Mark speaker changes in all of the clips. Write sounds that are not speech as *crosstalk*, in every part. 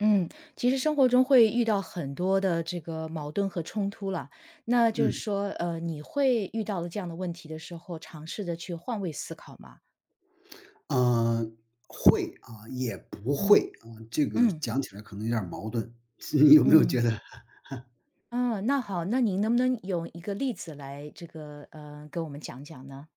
Speaker 1: 嗯，其实生活中会遇到很多的这个矛盾和冲突了。那就是
Speaker 2: 嗯，
Speaker 1: 说，你会遇到了这样的问题的时候，尝试着去换位思考吗？
Speaker 2: 呃，会啊，也不会
Speaker 1: 嗯
Speaker 2: 啊，这个
Speaker 1: 嗯
Speaker 2: 讲起来可能有点儿矛盾，*laughs* 你有没有
Speaker 1: 嗯
Speaker 2: 觉得？*laughs*
Speaker 1: 嗯，那好，那您能不能用一个例子来这个，给我们讲讲呢？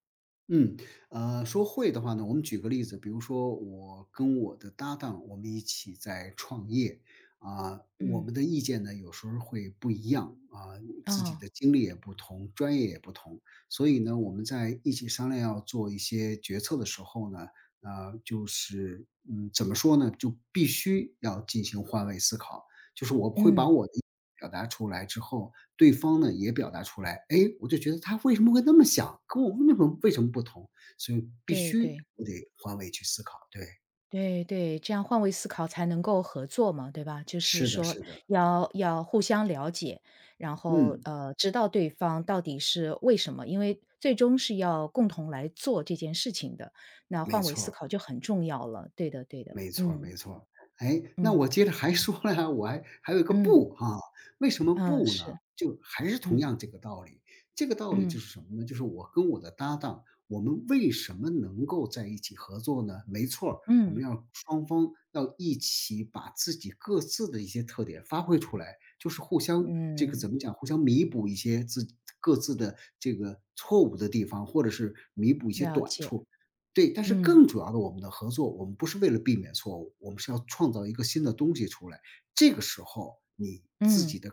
Speaker 2: 嗯，说会的话呢，我们举个例子，比如说我跟我的搭档，我们一起在创业，啊，我
Speaker 1: 嗯，
Speaker 2: 们的意见呢有时候会不一样啊，自己
Speaker 1: 哦，
Speaker 2: 的经历也不同，专业也不同，所以呢，我们在一起商量要做一些决策的时候呢，啊，就是怎么说呢，就必须要进行换位思考。就是我会把
Speaker 1: 嗯，
Speaker 2: 我的表达出来之后，对方呢也表达出来，哎，我就觉得他为什么会那么想，跟我为什么不同，所以必
Speaker 1: 对
Speaker 2: 须
Speaker 1: 对。
Speaker 2: 我得换位去思考，对，
Speaker 1: 对对，这样换位思考才能够合作嘛，对吧？就是
Speaker 2: 是的
Speaker 1: 说
Speaker 2: 是的，
Speaker 1: 要要互相了解，然后
Speaker 2: 嗯，
Speaker 1: 知道对方到底是为什么，因为最终是要共同来做这件事情的，那
Speaker 2: 没
Speaker 1: 换位思
Speaker 2: 错
Speaker 1: 考就很重要了。对的，对的，
Speaker 2: 没错儿
Speaker 1: 嗯
Speaker 2: 没错儿。哎，那
Speaker 1: 嗯
Speaker 2: 我接着还说了呀，我还有一个
Speaker 1: 嗯
Speaker 2: 不哈？为什么
Speaker 1: 嗯，
Speaker 2: 不呢？
Speaker 1: 是，
Speaker 2: 就还是同
Speaker 1: 嗯
Speaker 2: 样这个道理，这个道理就
Speaker 1: 嗯
Speaker 2: 是什么呢？就是我跟我的搭档，我们为什么能够在一起合作呢？没错儿，我们
Speaker 1: 嗯
Speaker 2: 要双方要一起把自己各自的一些特点发挥出来，就是互相这个怎
Speaker 1: 嗯，
Speaker 2: 么讲，互相弥补一些各自的这个错误的地方，或者是弥补一些
Speaker 1: 了
Speaker 2: 短
Speaker 1: 解，
Speaker 2: 处。对，但是
Speaker 1: 嗯
Speaker 2: 更主要的，我们的合作，我们不是为了避免错误，我们是要创造一个新的东西出来。这个时候，你自
Speaker 1: 嗯，
Speaker 2: 己的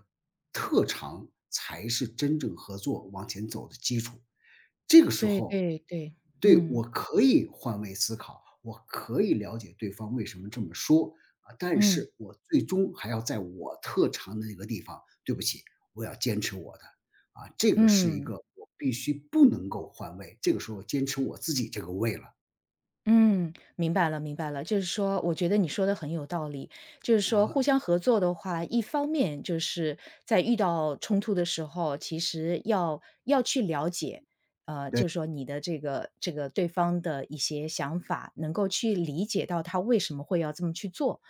Speaker 2: 特长才是真正合作往前走的基础。这个时
Speaker 1: 对
Speaker 2: 候，
Speaker 1: 对对，
Speaker 2: 对，我
Speaker 1: 嗯
Speaker 2: 可以换位思考，我可以了解对方为什么这么说啊，但
Speaker 1: 嗯
Speaker 2: 是我最终还要在我特长的那个地方，对不起，我要坚持我的啊，这个是一
Speaker 1: 嗯。
Speaker 2: 个我必须不能够换位，这个时候坚持我自己这个位了。
Speaker 1: 嗯，明白了，明白了。就是说，我觉得你说的很有道理。就是说，互
Speaker 2: 啊，
Speaker 1: 相合作的话，一方面就是在遇到冲突的时候，其实要去了解，
Speaker 2: 对，
Speaker 1: 就是说你的这个对方的一些想法，能够去理解到他为什么会要这么去做。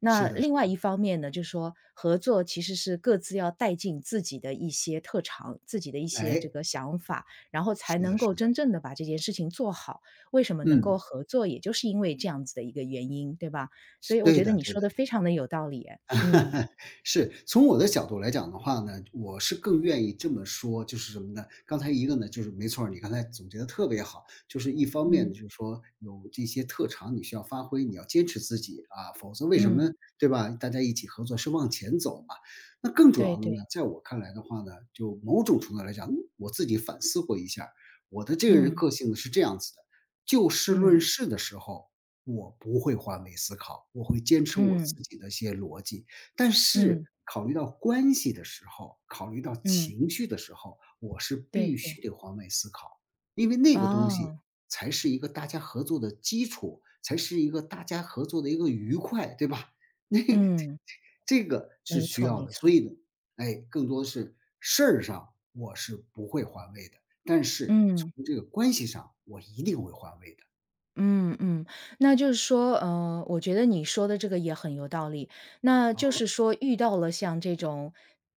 Speaker 1: 那
Speaker 2: 是的是
Speaker 1: 另外
Speaker 2: 的，
Speaker 1: 一方面呢，就是说合作其实是各自要带进自己的一些特长，自己的一些这
Speaker 2: 哎，
Speaker 1: 个想法，然后才
Speaker 2: 是
Speaker 1: 能
Speaker 2: 的
Speaker 1: 够
Speaker 2: 是
Speaker 1: 真
Speaker 2: 的，
Speaker 1: 正的把这件事情做好。为什么能
Speaker 2: 嗯，
Speaker 1: 够合作，也就是因为这样子的一个原因，对吧？所以我
Speaker 2: 对
Speaker 1: 觉得
Speaker 2: 的
Speaker 1: 你
Speaker 2: 对
Speaker 1: 说
Speaker 2: 的。
Speaker 1: 的非常的有道理诶嗯，
Speaker 2: *laughs* 是，从我的角度来讲的话呢，我是更愿意这么说，就是什么呢？刚才一个呢，就是没错儿，你刚才总结的特别好，就是一方面
Speaker 1: 嗯，
Speaker 2: 就是说有这些特长你需要发挥，你要坚持自己啊，否则为什么
Speaker 1: 嗯，
Speaker 2: 对吧？大家一起合作是往前走嘛。那更主
Speaker 1: 对
Speaker 2: 要的
Speaker 1: 对，
Speaker 2: 呢，在我看来的话呢，就某种程度来讲，我自己反思过一下儿我的这个人
Speaker 1: 嗯，
Speaker 2: 个性呢是这样子的，就事论
Speaker 1: 嗯，
Speaker 2: 事的时候，我不会换位思考，我会坚持我
Speaker 1: 嗯，
Speaker 2: 自己的一些逻辑。但
Speaker 1: 嗯，
Speaker 2: 是考虑到关系的时候，考虑到
Speaker 1: 嗯，
Speaker 2: 情绪的时候，我是
Speaker 1: 对
Speaker 2: 必
Speaker 1: 对，
Speaker 2: 须得换位思考，因为那个东西
Speaker 1: 哦，
Speaker 2: 才是一个大家合作的基础，才是一个大家合作的一个愉快，对吧？*laughs* 那
Speaker 1: 嗯，
Speaker 2: 这个是
Speaker 1: 没
Speaker 2: 需
Speaker 1: 错
Speaker 2: 要
Speaker 1: 没
Speaker 2: 的，所
Speaker 1: 错，
Speaker 2: 以呢，哎，更多的是事儿上我是不会换位的，但是
Speaker 1: 嗯。
Speaker 2: 从这个关系上我一定会换位的。
Speaker 1: 嗯嗯，那就是说，我觉得你说的这个也很有道理。那就
Speaker 2: 哦，
Speaker 1: 是说，遇到了像这种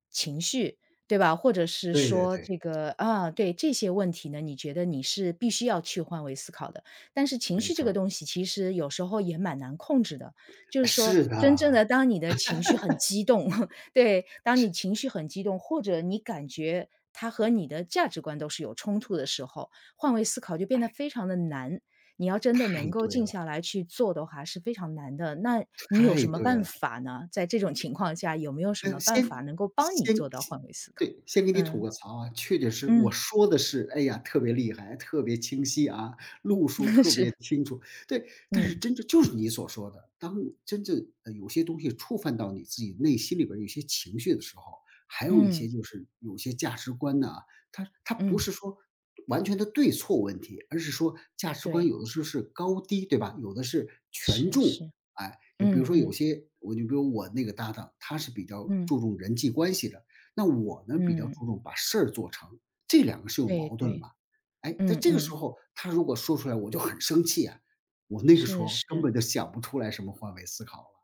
Speaker 1: 情绪，对吧？或者是
Speaker 2: 对对
Speaker 1: 说
Speaker 2: 对，
Speaker 1: 这个啊，对这些问题呢，你觉得你是必须要去换位思考的。但是情
Speaker 2: 没
Speaker 1: 绪这
Speaker 2: 错
Speaker 1: 个
Speaker 2: 儿，
Speaker 1: 东西，其实有时候也蛮难控制的。就是
Speaker 2: 哎
Speaker 1: 说，
Speaker 2: 是的，
Speaker 1: 真正的当你的情绪很激动，*laughs* 对，当你情绪很激动，或者你感觉它和你的价值观都是有冲突的时候，换位思考就变得
Speaker 2: 哎，
Speaker 1: 非常的难。你要真的
Speaker 2: 太
Speaker 1: 能够
Speaker 2: 对
Speaker 1: 静
Speaker 2: 了，
Speaker 1: 下来去做的话是非常难的。那你有
Speaker 2: 太
Speaker 1: 什么
Speaker 2: 对
Speaker 1: 办
Speaker 2: 了。
Speaker 1: 法呢？在这种情况下，有没有什
Speaker 2: 没
Speaker 1: 么
Speaker 2: 有，
Speaker 1: 办
Speaker 2: 先
Speaker 1: 法能够帮你
Speaker 2: 先先
Speaker 1: 做到换位思考？
Speaker 2: 对，先给你吐
Speaker 1: 嗯，
Speaker 2: 个槽啊，确实我
Speaker 1: 嗯，
Speaker 2: 说的是，哎呀，特别厉害，特别清晰啊，路数
Speaker 1: *laughs*
Speaker 2: 特
Speaker 1: 是，
Speaker 2: 别清楚，对。但是
Speaker 1: 嗯，
Speaker 2: 真正就是你所说的，当真正，呃，有些东西触犯到你自己内心里边儿有些情绪的时候，还有一
Speaker 1: 嗯，
Speaker 2: 些就是有些价值观呢，它不
Speaker 1: 嗯，
Speaker 2: 是说完全的对错问题，而是说价值观
Speaker 1: 对，
Speaker 2: 有的时候是高低，对吧？有的是权
Speaker 1: 是
Speaker 2: 重，
Speaker 1: 是，
Speaker 2: 哎，有比如
Speaker 1: 嗯
Speaker 2: 说有
Speaker 1: 嗯，
Speaker 2: 些我就比如我那个搭档，他是比较
Speaker 1: 嗯，
Speaker 2: 注重人际关系的，那我呢比较
Speaker 1: 嗯，
Speaker 2: 注重把事儿做成，这两个是有
Speaker 1: 对
Speaker 2: 矛盾
Speaker 1: 对，
Speaker 2: 吧。哎，在
Speaker 1: 嗯
Speaker 2: 这个时
Speaker 1: 嗯，
Speaker 2: 候，他如果说出来我就很生气啊，我那个时
Speaker 1: 是
Speaker 2: 候根
Speaker 1: 是。
Speaker 2: 本就想不出来什么换位思考了。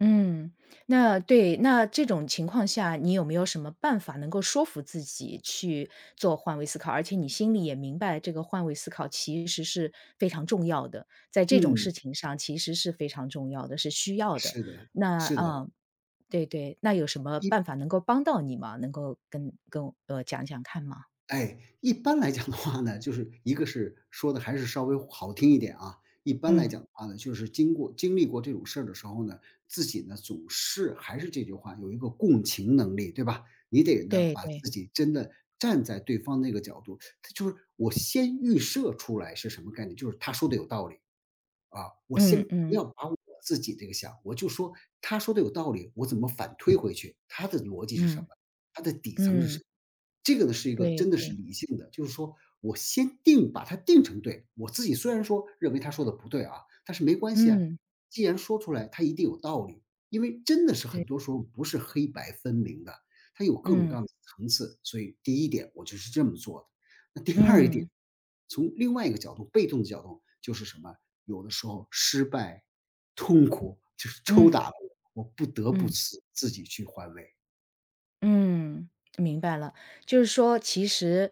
Speaker 1: 嗯，那对，那这种情况下，你有没有什么办法能够说服自己去做换位思考？而且你心里也明白，这个换位思考其实是非常重要的，在这种
Speaker 2: 嗯，
Speaker 1: 事情上其实是非常重要的，是需要的。
Speaker 2: 是的，
Speaker 1: 那
Speaker 2: 是的，
Speaker 1: 嗯，对对，那有什么办
Speaker 2: 一
Speaker 1: 法能够帮到你吗？能够跟我讲讲看吗？
Speaker 2: 哎，一般来讲的话呢，就是一个是说的还是稍微好听一点啊。一般来
Speaker 1: 嗯，
Speaker 2: 讲的话呢，就是经历过这种事儿的时候呢，自己呢总是还是这句话，有一个共情能力，对吧？你得呢
Speaker 1: 对
Speaker 2: 把
Speaker 1: 对，
Speaker 2: 自己真的站在对方那个角度，他就是我先预设出来是什么概念，就是他说的有道理。啊，我先
Speaker 1: 嗯
Speaker 2: 不
Speaker 1: 嗯
Speaker 2: 要把我自己这个想，我就说他说的有道理，我怎么反推回去？他的逻辑是什
Speaker 1: 嗯
Speaker 2: 么？他的底层是什
Speaker 1: 嗯，
Speaker 2: 么？这个呢是一个
Speaker 1: 对
Speaker 2: 真的是
Speaker 1: 对，
Speaker 2: 理性的，就是说我先定把它定成对。我自己虽然说认为他说的不对啊，但是没关系啊，
Speaker 1: 嗯
Speaker 2: 既然说出来，他一定有道理。因为真的是
Speaker 1: 对，
Speaker 2: 很多时候不是黑白分明的，它有各种各
Speaker 1: 嗯
Speaker 2: 样的层次。所以第一点，我就是这么做的。那第二一点，
Speaker 1: 嗯
Speaker 2: 从另外一个角度，被动的角度就是什么？有的时候失败、痛苦就是抽
Speaker 1: 嗯
Speaker 2: 打了我，我不得不
Speaker 1: 嗯。
Speaker 2: 自己去换位。
Speaker 1: 嗯，明白了。就是说，其实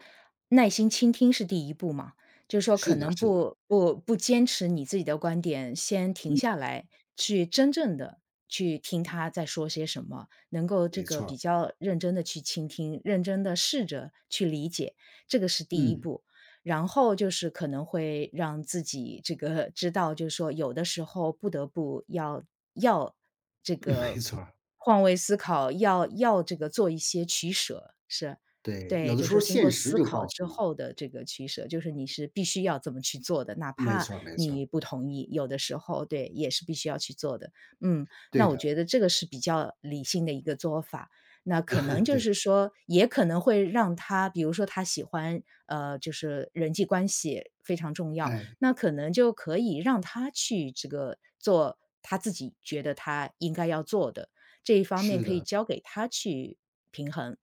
Speaker 1: 耐心倾听是第一步嘛。就是说，可
Speaker 2: 是的，
Speaker 1: 能
Speaker 2: 是的，
Speaker 1: 不坚持你自己的观点，先停下来，去真正的去听他在说些什么，能够这
Speaker 2: 没
Speaker 1: 个
Speaker 2: 错儿，
Speaker 1: 比较认真的去倾听，认真的试着去理解，这个是第一
Speaker 2: 嗯，
Speaker 1: 步。然后就是可能会让自己这个知道，就是说有的时候不得不要这
Speaker 2: *laughs* 没
Speaker 1: 个
Speaker 2: 错儿，
Speaker 1: 换位思考，要这个做一些取舍，是。
Speaker 2: 对，有
Speaker 1: 对，
Speaker 2: 的
Speaker 1: 就是
Speaker 2: 时
Speaker 1: 说
Speaker 2: 候
Speaker 1: 经过
Speaker 2: 现实
Speaker 1: 思
Speaker 2: 就
Speaker 1: 考
Speaker 2: 告诉
Speaker 1: 之
Speaker 2: 你，
Speaker 1: 后的这个取舍，就是你是必须要这么去做的，哪
Speaker 2: 没
Speaker 1: 怕
Speaker 2: 错儿，没错儿，
Speaker 1: 你不同意，有的时候，对，也是必须要去做的。嗯，
Speaker 2: 对
Speaker 1: 那我
Speaker 2: 的，
Speaker 1: 觉得这个是比较理性的一个做法。那可能
Speaker 2: *laughs*
Speaker 1: 就
Speaker 2: 对，
Speaker 1: 是说，也可能会让他比如说他喜欢，就是人际关系非常重要，
Speaker 2: 哎，
Speaker 1: 那可能就可以让他去这个做他自己觉得他应该要做的，这一方面
Speaker 2: 是
Speaker 1: 可以
Speaker 2: 的，
Speaker 1: 交给他去平衡。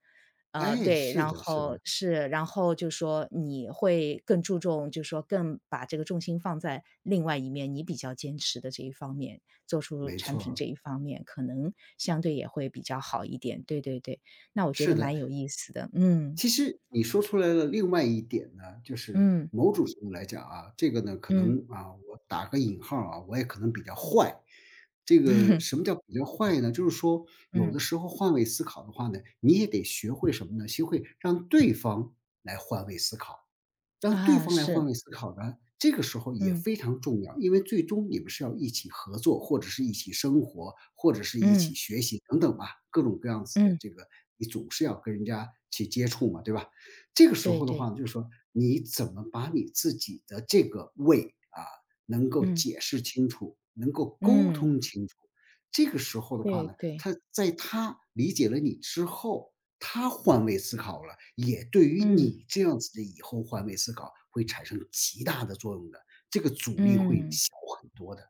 Speaker 2: 哎，
Speaker 1: 对，
Speaker 2: 是
Speaker 1: 然
Speaker 2: 的，是的，
Speaker 1: 后是，然后就说你会更注重，就说更把这个重心放在另外一面，你比较坚持的这一方面。做出
Speaker 2: 没
Speaker 1: 产
Speaker 2: 错
Speaker 1: 品
Speaker 2: 儿，
Speaker 1: 这一方面，可能相对也会比较好一点。对对对，那我觉
Speaker 2: 是
Speaker 1: 得
Speaker 2: 的。
Speaker 1: 蛮有意思的。嗯，
Speaker 2: 其实你说出来了另外一点呢，就是
Speaker 1: 嗯，
Speaker 2: 某种程度来讲啊，这个呢，可
Speaker 1: 嗯
Speaker 2: 能啊，我打个引号啊，我也可能比较坏。这个什么
Speaker 1: *laughs*，
Speaker 2: 叫比较坏呢？就是说，有
Speaker 1: 嗯，
Speaker 2: 的时候换位思考的话呢，你也得学会什么呢？学会让对方来换位思考。
Speaker 1: *laughs*
Speaker 2: 让对
Speaker 1: 啊，
Speaker 2: 方来换
Speaker 1: 是，
Speaker 2: 位思考呢，这个时候也
Speaker 1: 嗯，
Speaker 2: 非常重要，因为最终你们是要一起合作，或者是一起生活，或者是一
Speaker 1: 嗯，
Speaker 2: 起学习等等吧，各种各样子的
Speaker 1: 嗯，
Speaker 2: 这个，你总是要跟人家去接触嘛，对吧？这个时
Speaker 1: 对
Speaker 2: 候的
Speaker 1: 对，
Speaker 2: 话就是说你怎么把你自己的这个位啊，能够
Speaker 1: 嗯，
Speaker 2: 解释清楚，能够沟
Speaker 1: 嗯，
Speaker 2: 通清楚。这个时候的话
Speaker 1: 对
Speaker 2: 呢，
Speaker 1: 对，
Speaker 2: 他在他理解了你之后，他换位思考了，也对于
Speaker 1: 嗯，
Speaker 2: 你这样子的以后换位思考会产生极大的作用的，这个阻力会
Speaker 1: 嗯。
Speaker 2: 小很多的。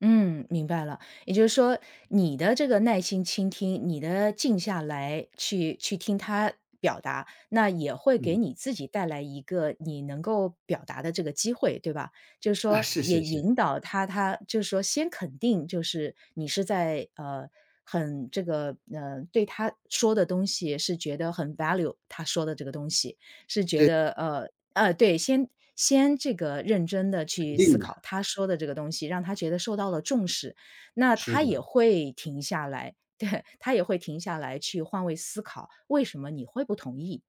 Speaker 1: 嗯，明白了。也就是说，你的这个耐心倾听，你的静下来去听他表达，那也会给
Speaker 2: 嗯，
Speaker 1: 你自己带来一个你能够表达的这个机会，对吧？就是
Speaker 2: 啊，
Speaker 1: 说，
Speaker 2: 是
Speaker 1: 也
Speaker 2: 是是，
Speaker 1: 引导他，他就是说先肯定，就是你是在很这个对他说的东西是觉得很 value 他说的这个东西，是觉
Speaker 2: 对，
Speaker 1: 得对，先这个认真的
Speaker 2: 肯
Speaker 1: 去思
Speaker 2: 定的，
Speaker 1: 考他说的这个东西，让他觉得受到了重视，那
Speaker 2: 是
Speaker 1: 他也
Speaker 2: 的，
Speaker 1: 会停下来，对，他也会停下来去换位思考，为什么你会不同意？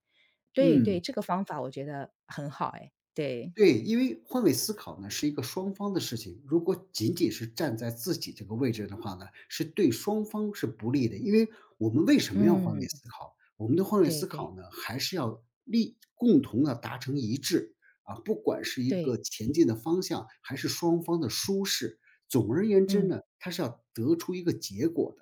Speaker 1: 对对，
Speaker 2: 嗯。
Speaker 1: 这个方法我觉得很好哎，对，
Speaker 2: 对，因为换位思考呢是一个双方的事情，如果仅仅是站在自己这个位置的话呢，是对双方是不利的。因为我们为什么要换
Speaker 1: 嗯，
Speaker 2: 位思考？我们的换位
Speaker 1: 对
Speaker 2: 思
Speaker 1: 对
Speaker 2: 考呢，还是要力共同的达成一致，啊，不管是一
Speaker 1: 对，
Speaker 2: 个前进的方向，还是双方的舒适，总而言之
Speaker 1: 嗯
Speaker 2: 呢，它是要得出一个结果的。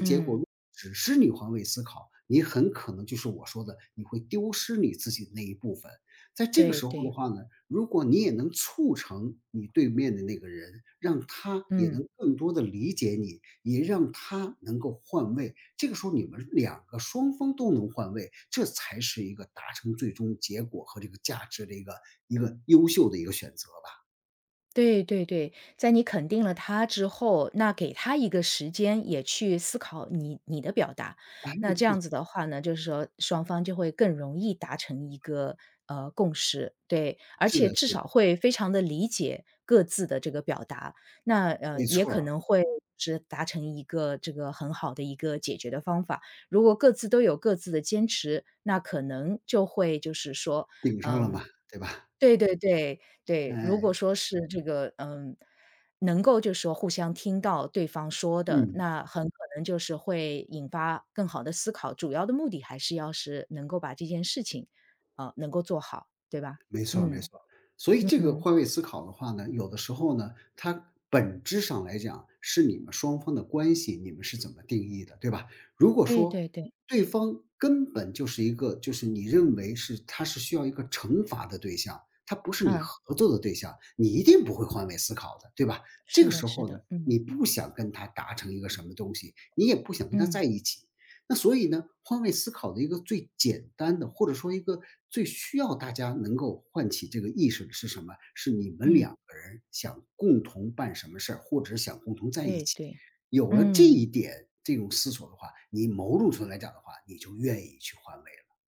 Speaker 1: 嗯，
Speaker 2: 只是你换位思考，你很可能就是我说的，你会丢失你自己的那一部分。在这个
Speaker 1: 对
Speaker 2: 时候的
Speaker 1: 对，
Speaker 2: 话呢，如果你也能促成你对面的那个人，让他也
Speaker 1: 嗯。
Speaker 2: 能更多的理解你，也让他能够换位，这个时候你们两个双方都能换位，这才是一个达成最终结果和这个价值的一个优秀的一个选择吧。
Speaker 1: 对对对，在你肯定了他之后，那给他一个时间也去思考你的表达，那这样子的话呢，就是说双方就会更容易达成一个共识，对，而
Speaker 2: 是
Speaker 1: 且
Speaker 2: 的
Speaker 1: 至
Speaker 2: 是的，
Speaker 1: 少会非常的理解各自的这个表达，那
Speaker 2: 没
Speaker 1: 也
Speaker 2: 错
Speaker 1: 可
Speaker 2: 儿，
Speaker 1: 能会是达成一个这个很好的一个解决的方法。如果各自都有各自的坚持，那可能就会就是说，
Speaker 2: 顶上了嘛，
Speaker 1: 嗯、
Speaker 2: 对吧？
Speaker 1: 对对对，对，如果
Speaker 2: 哎，
Speaker 1: 说是这个，嗯，能够就是说互相听到对方说的，
Speaker 2: 嗯。
Speaker 1: 那很可能就是会引发更好的思考，主要的目的还是要是能够把这件事情，啊，能够做好，对吧？
Speaker 2: 没错儿没
Speaker 1: 嗯，
Speaker 2: 错儿。所以
Speaker 1: 嗯，
Speaker 2: 这个
Speaker 1: 嗯，
Speaker 2: 换位思考的话呢，有的时候呢，它本质上来讲是你们双方的关系，你们是怎么定义的，对吧？如果
Speaker 1: 对
Speaker 2: 说
Speaker 1: 对对，
Speaker 2: 对方根本就是一个，就是你认为是他是需要一个惩罚的对象，他不是你
Speaker 1: 嗯，
Speaker 2: 合作的对象，你一定不会换位思考的，对吧？这
Speaker 1: 是
Speaker 2: 个
Speaker 1: 的
Speaker 2: 时
Speaker 1: 是
Speaker 2: 候呢，
Speaker 1: 的，嗯，
Speaker 2: 你不想跟他达成一个什么东西，你也不想跟他
Speaker 1: 嗯，
Speaker 2: 在一起，那所以呢，换位思考的一个最简单的，或者说一个最需要大家能够唤起这个意识的是什么？是你们
Speaker 1: 嗯，
Speaker 2: 两个人想共同办什么事儿，或者想共同在一
Speaker 1: 对
Speaker 2: 起。
Speaker 1: 对，
Speaker 2: 有了这一
Speaker 1: 嗯。
Speaker 2: 点这种思索的话，你某种程度来讲的话，你就愿意去换位了。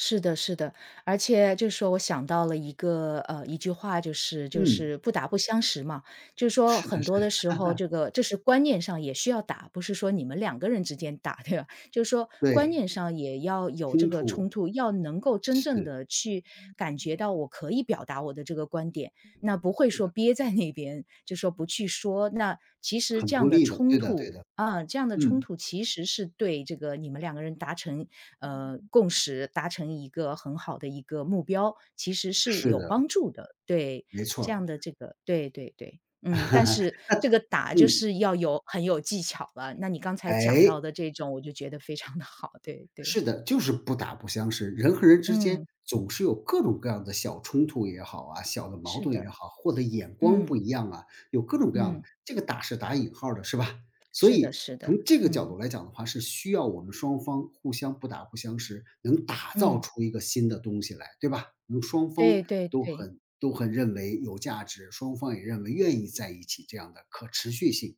Speaker 1: 是的，是的，而且就是说我想到了一个一句话，就是就
Speaker 2: 嗯，
Speaker 1: 是不打不相识嘛，就是说
Speaker 2: 是
Speaker 1: 很
Speaker 2: 的，是
Speaker 1: 多
Speaker 2: 的，
Speaker 1: 的时候，这个这是观念上也需要打，不是说你们两个人之间打，对吧？*laughs* 就是说观
Speaker 2: 对，
Speaker 1: 念上也要有这
Speaker 2: 冲
Speaker 1: 个
Speaker 2: 突
Speaker 1: 冲突，要能够真正
Speaker 2: 是
Speaker 1: 的去感觉到我可以表达我的这个观点，那不会
Speaker 2: 是
Speaker 1: 说
Speaker 2: 的，
Speaker 1: 憋在那边，就说不去说，那其实
Speaker 2: 很
Speaker 1: 这
Speaker 2: 不
Speaker 1: 样的
Speaker 2: 利的，
Speaker 1: 冲
Speaker 2: 对的，
Speaker 1: 突
Speaker 2: 对的，
Speaker 1: 啊，这样的冲
Speaker 2: 嗯，
Speaker 1: 突其实是对这个你们两个人达成共识，达成一个很好的一个目标，其实是
Speaker 2: 是
Speaker 1: 有
Speaker 2: 的，
Speaker 1: 帮助的。对，
Speaker 2: 没错
Speaker 1: 这
Speaker 2: 儿，
Speaker 1: 样的这个，对对对，嗯，但是这个打就
Speaker 2: 嗯，
Speaker 1: 是要有很有技巧了。那你刚才讲
Speaker 2: 哎。
Speaker 1: 到的这种，我就觉得非常的好。对对，
Speaker 2: 是的，就是不打不相识，人和人之间
Speaker 1: 嗯，
Speaker 2: 总是有各种各样的小冲突也好啊，小的矛
Speaker 1: 是
Speaker 2: 盾
Speaker 1: 的，
Speaker 2: 也好，或者眼光
Speaker 1: 嗯
Speaker 2: 不一样啊，有各种各样的，
Speaker 1: 嗯，
Speaker 2: 这个打是打引号儿的，是吧？所
Speaker 1: 是的，
Speaker 2: 以
Speaker 1: 是的，
Speaker 2: 从这个角
Speaker 1: 嗯
Speaker 2: 度来讲的话，是需要我们双方互相不打不相识，能打造
Speaker 1: 嗯，
Speaker 2: 出一个新的东西来，对吧？能双方
Speaker 1: 对对
Speaker 2: 都
Speaker 1: 对，
Speaker 2: 很都很认为有价值，双方也认为愿意在一起这样的可持续性。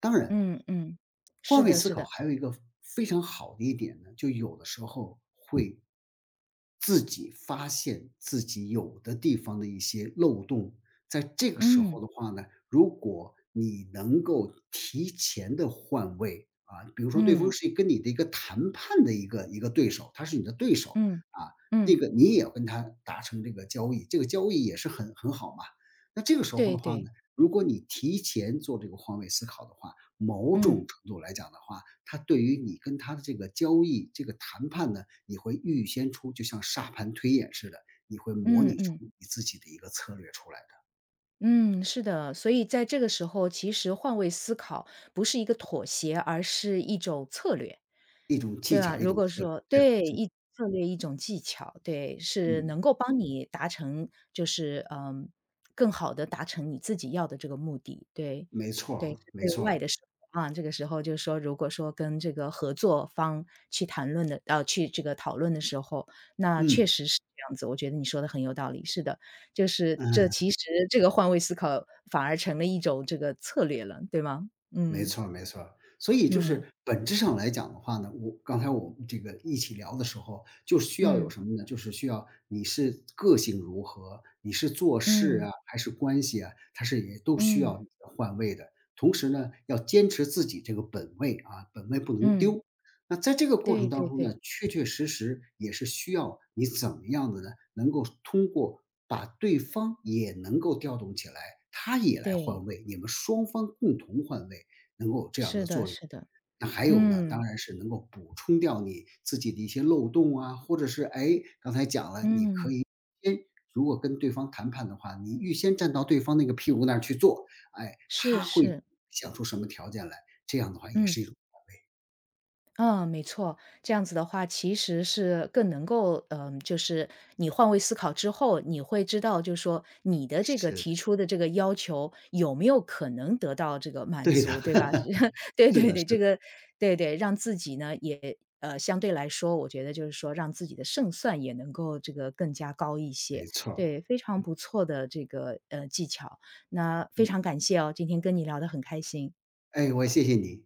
Speaker 2: 当然，
Speaker 1: 嗯嗯，是
Speaker 2: 换位
Speaker 1: 的，
Speaker 2: 思
Speaker 1: 是
Speaker 2: 考
Speaker 1: 的，
Speaker 2: 还有一个非常好的一点呢，就有的时候会自己发现自己有的地方的一些漏洞，在这个时
Speaker 1: 嗯
Speaker 2: 候的话呢，如果你能够提前的换位啊，比如说对方
Speaker 1: 嗯
Speaker 2: 是跟你的一个谈判的一个对手，他是你的对手
Speaker 1: 嗯嗯。
Speaker 2: 啊，那
Speaker 1: 嗯
Speaker 2: 个你也要跟他达成这个交易，这个交易也是很好嘛。那这个时候
Speaker 1: 对
Speaker 2: 的话
Speaker 1: 对，
Speaker 2: 呢，如果你提前做这个换位思考的话，某
Speaker 1: 嗯
Speaker 2: 种程度来讲的话，它对于你跟他的这个交易、这个谈判呢，你会预先出，就像沙盘推演似的，你会模
Speaker 1: 嗯
Speaker 2: 拟出
Speaker 1: 嗯
Speaker 2: 你自己的一个策略出来的，
Speaker 1: 嗯，是的。所以在这个时候，其实换位思考不是一个妥协，而是一种策略。
Speaker 2: 一种
Speaker 1: 对
Speaker 2: 技
Speaker 1: 吧？
Speaker 2: 巧，一
Speaker 1: 如
Speaker 2: 种
Speaker 1: 果
Speaker 2: 策略。
Speaker 1: 说
Speaker 2: 对的，
Speaker 1: 对，
Speaker 2: 就
Speaker 1: 一策略一种技巧，对，是
Speaker 2: 嗯，
Speaker 1: 能够帮你达成，就是嗯，更好的达成你自己要的这个目的，对，
Speaker 2: 没错
Speaker 1: 对，是
Speaker 2: 儿，没
Speaker 1: 对
Speaker 2: 错
Speaker 1: 外
Speaker 2: 儿，
Speaker 1: 的时候啊，这个时候就是说，如果说跟这个合作方去谈论的去这个讨论的时候，那确
Speaker 2: 嗯，
Speaker 1: 实是这样子，我觉得你说的很有道理，是的，就是这
Speaker 2: 嗯。
Speaker 1: 其实这个换位思考反而成了一种这个策略了，对吗？
Speaker 2: 没
Speaker 1: 嗯，
Speaker 2: 错儿没错儿。所以就
Speaker 1: 嗯，
Speaker 2: 是本质上来讲的话呢，我刚才我们这个一起聊的时候，就需要有
Speaker 1: 嗯，
Speaker 2: 什么呢？就是需要你是个性如何，你是做事
Speaker 1: 嗯，
Speaker 2: 啊，还是关系啊，它是也都需要
Speaker 1: 嗯，
Speaker 2: 你的换位的。同时呢，要坚持自己这个本位啊，本位不能
Speaker 1: 嗯。
Speaker 2: 丢。那在这个过
Speaker 1: 对
Speaker 2: 程
Speaker 1: 对
Speaker 2: 当中
Speaker 1: 对
Speaker 2: 呢，确确实实也是需要你怎么样的呢？能够通过把对方也能够调动起来，他也来
Speaker 1: 对，
Speaker 2: 换位，你们双方共同换位。能够有这样
Speaker 1: 是
Speaker 2: 的
Speaker 1: 的
Speaker 2: 作用。
Speaker 1: 是的，
Speaker 2: 那还有呢，当
Speaker 1: 嗯
Speaker 2: 然是能够补充掉你自己的一些漏洞啊，或者是，哎，刚才讲了，你可
Speaker 1: 嗯，
Speaker 2: 以先如果跟对方谈判的话，你预先站到对方那个屁股那儿去做，哎，
Speaker 1: 是
Speaker 2: 他会
Speaker 1: 是，
Speaker 2: 想出什么条件来，这样的话也
Speaker 1: 嗯。
Speaker 2: 是一种
Speaker 1: 嗯，没错，这样子的话，其实是更能够，嗯，就是你换位思考之后，你会知道，就是说你的这个
Speaker 2: 是，
Speaker 1: 提出的这个要求有没有可能得到这个满
Speaker 2: 对的，
Speaker 1: 足，对吧？
Speaker 2: *laughs*
Speaker 1: *laughs* 对
Speaker 2: 是
Speaker 1: 对
Speaker 2: 的
Speaker 1: 对，
Speaker 2: 是
Speaker 1: 这
Speaker 2: 的，
Speaker 1: 个对对，让自己呢也相对来说，我觉得就是说让自己的胜算也能够这个更加高一
Speaker 2: 没
Speaker 1: 些，
Speaker 2: 错儿，
Speaker 1: 对，非常不错的这个技巧，那非
Speaker 2: 嗯，
Speaker 1: 常感谢哦，今天跟你聊得很开心。
Speaker 2: 哎，我谢谢你。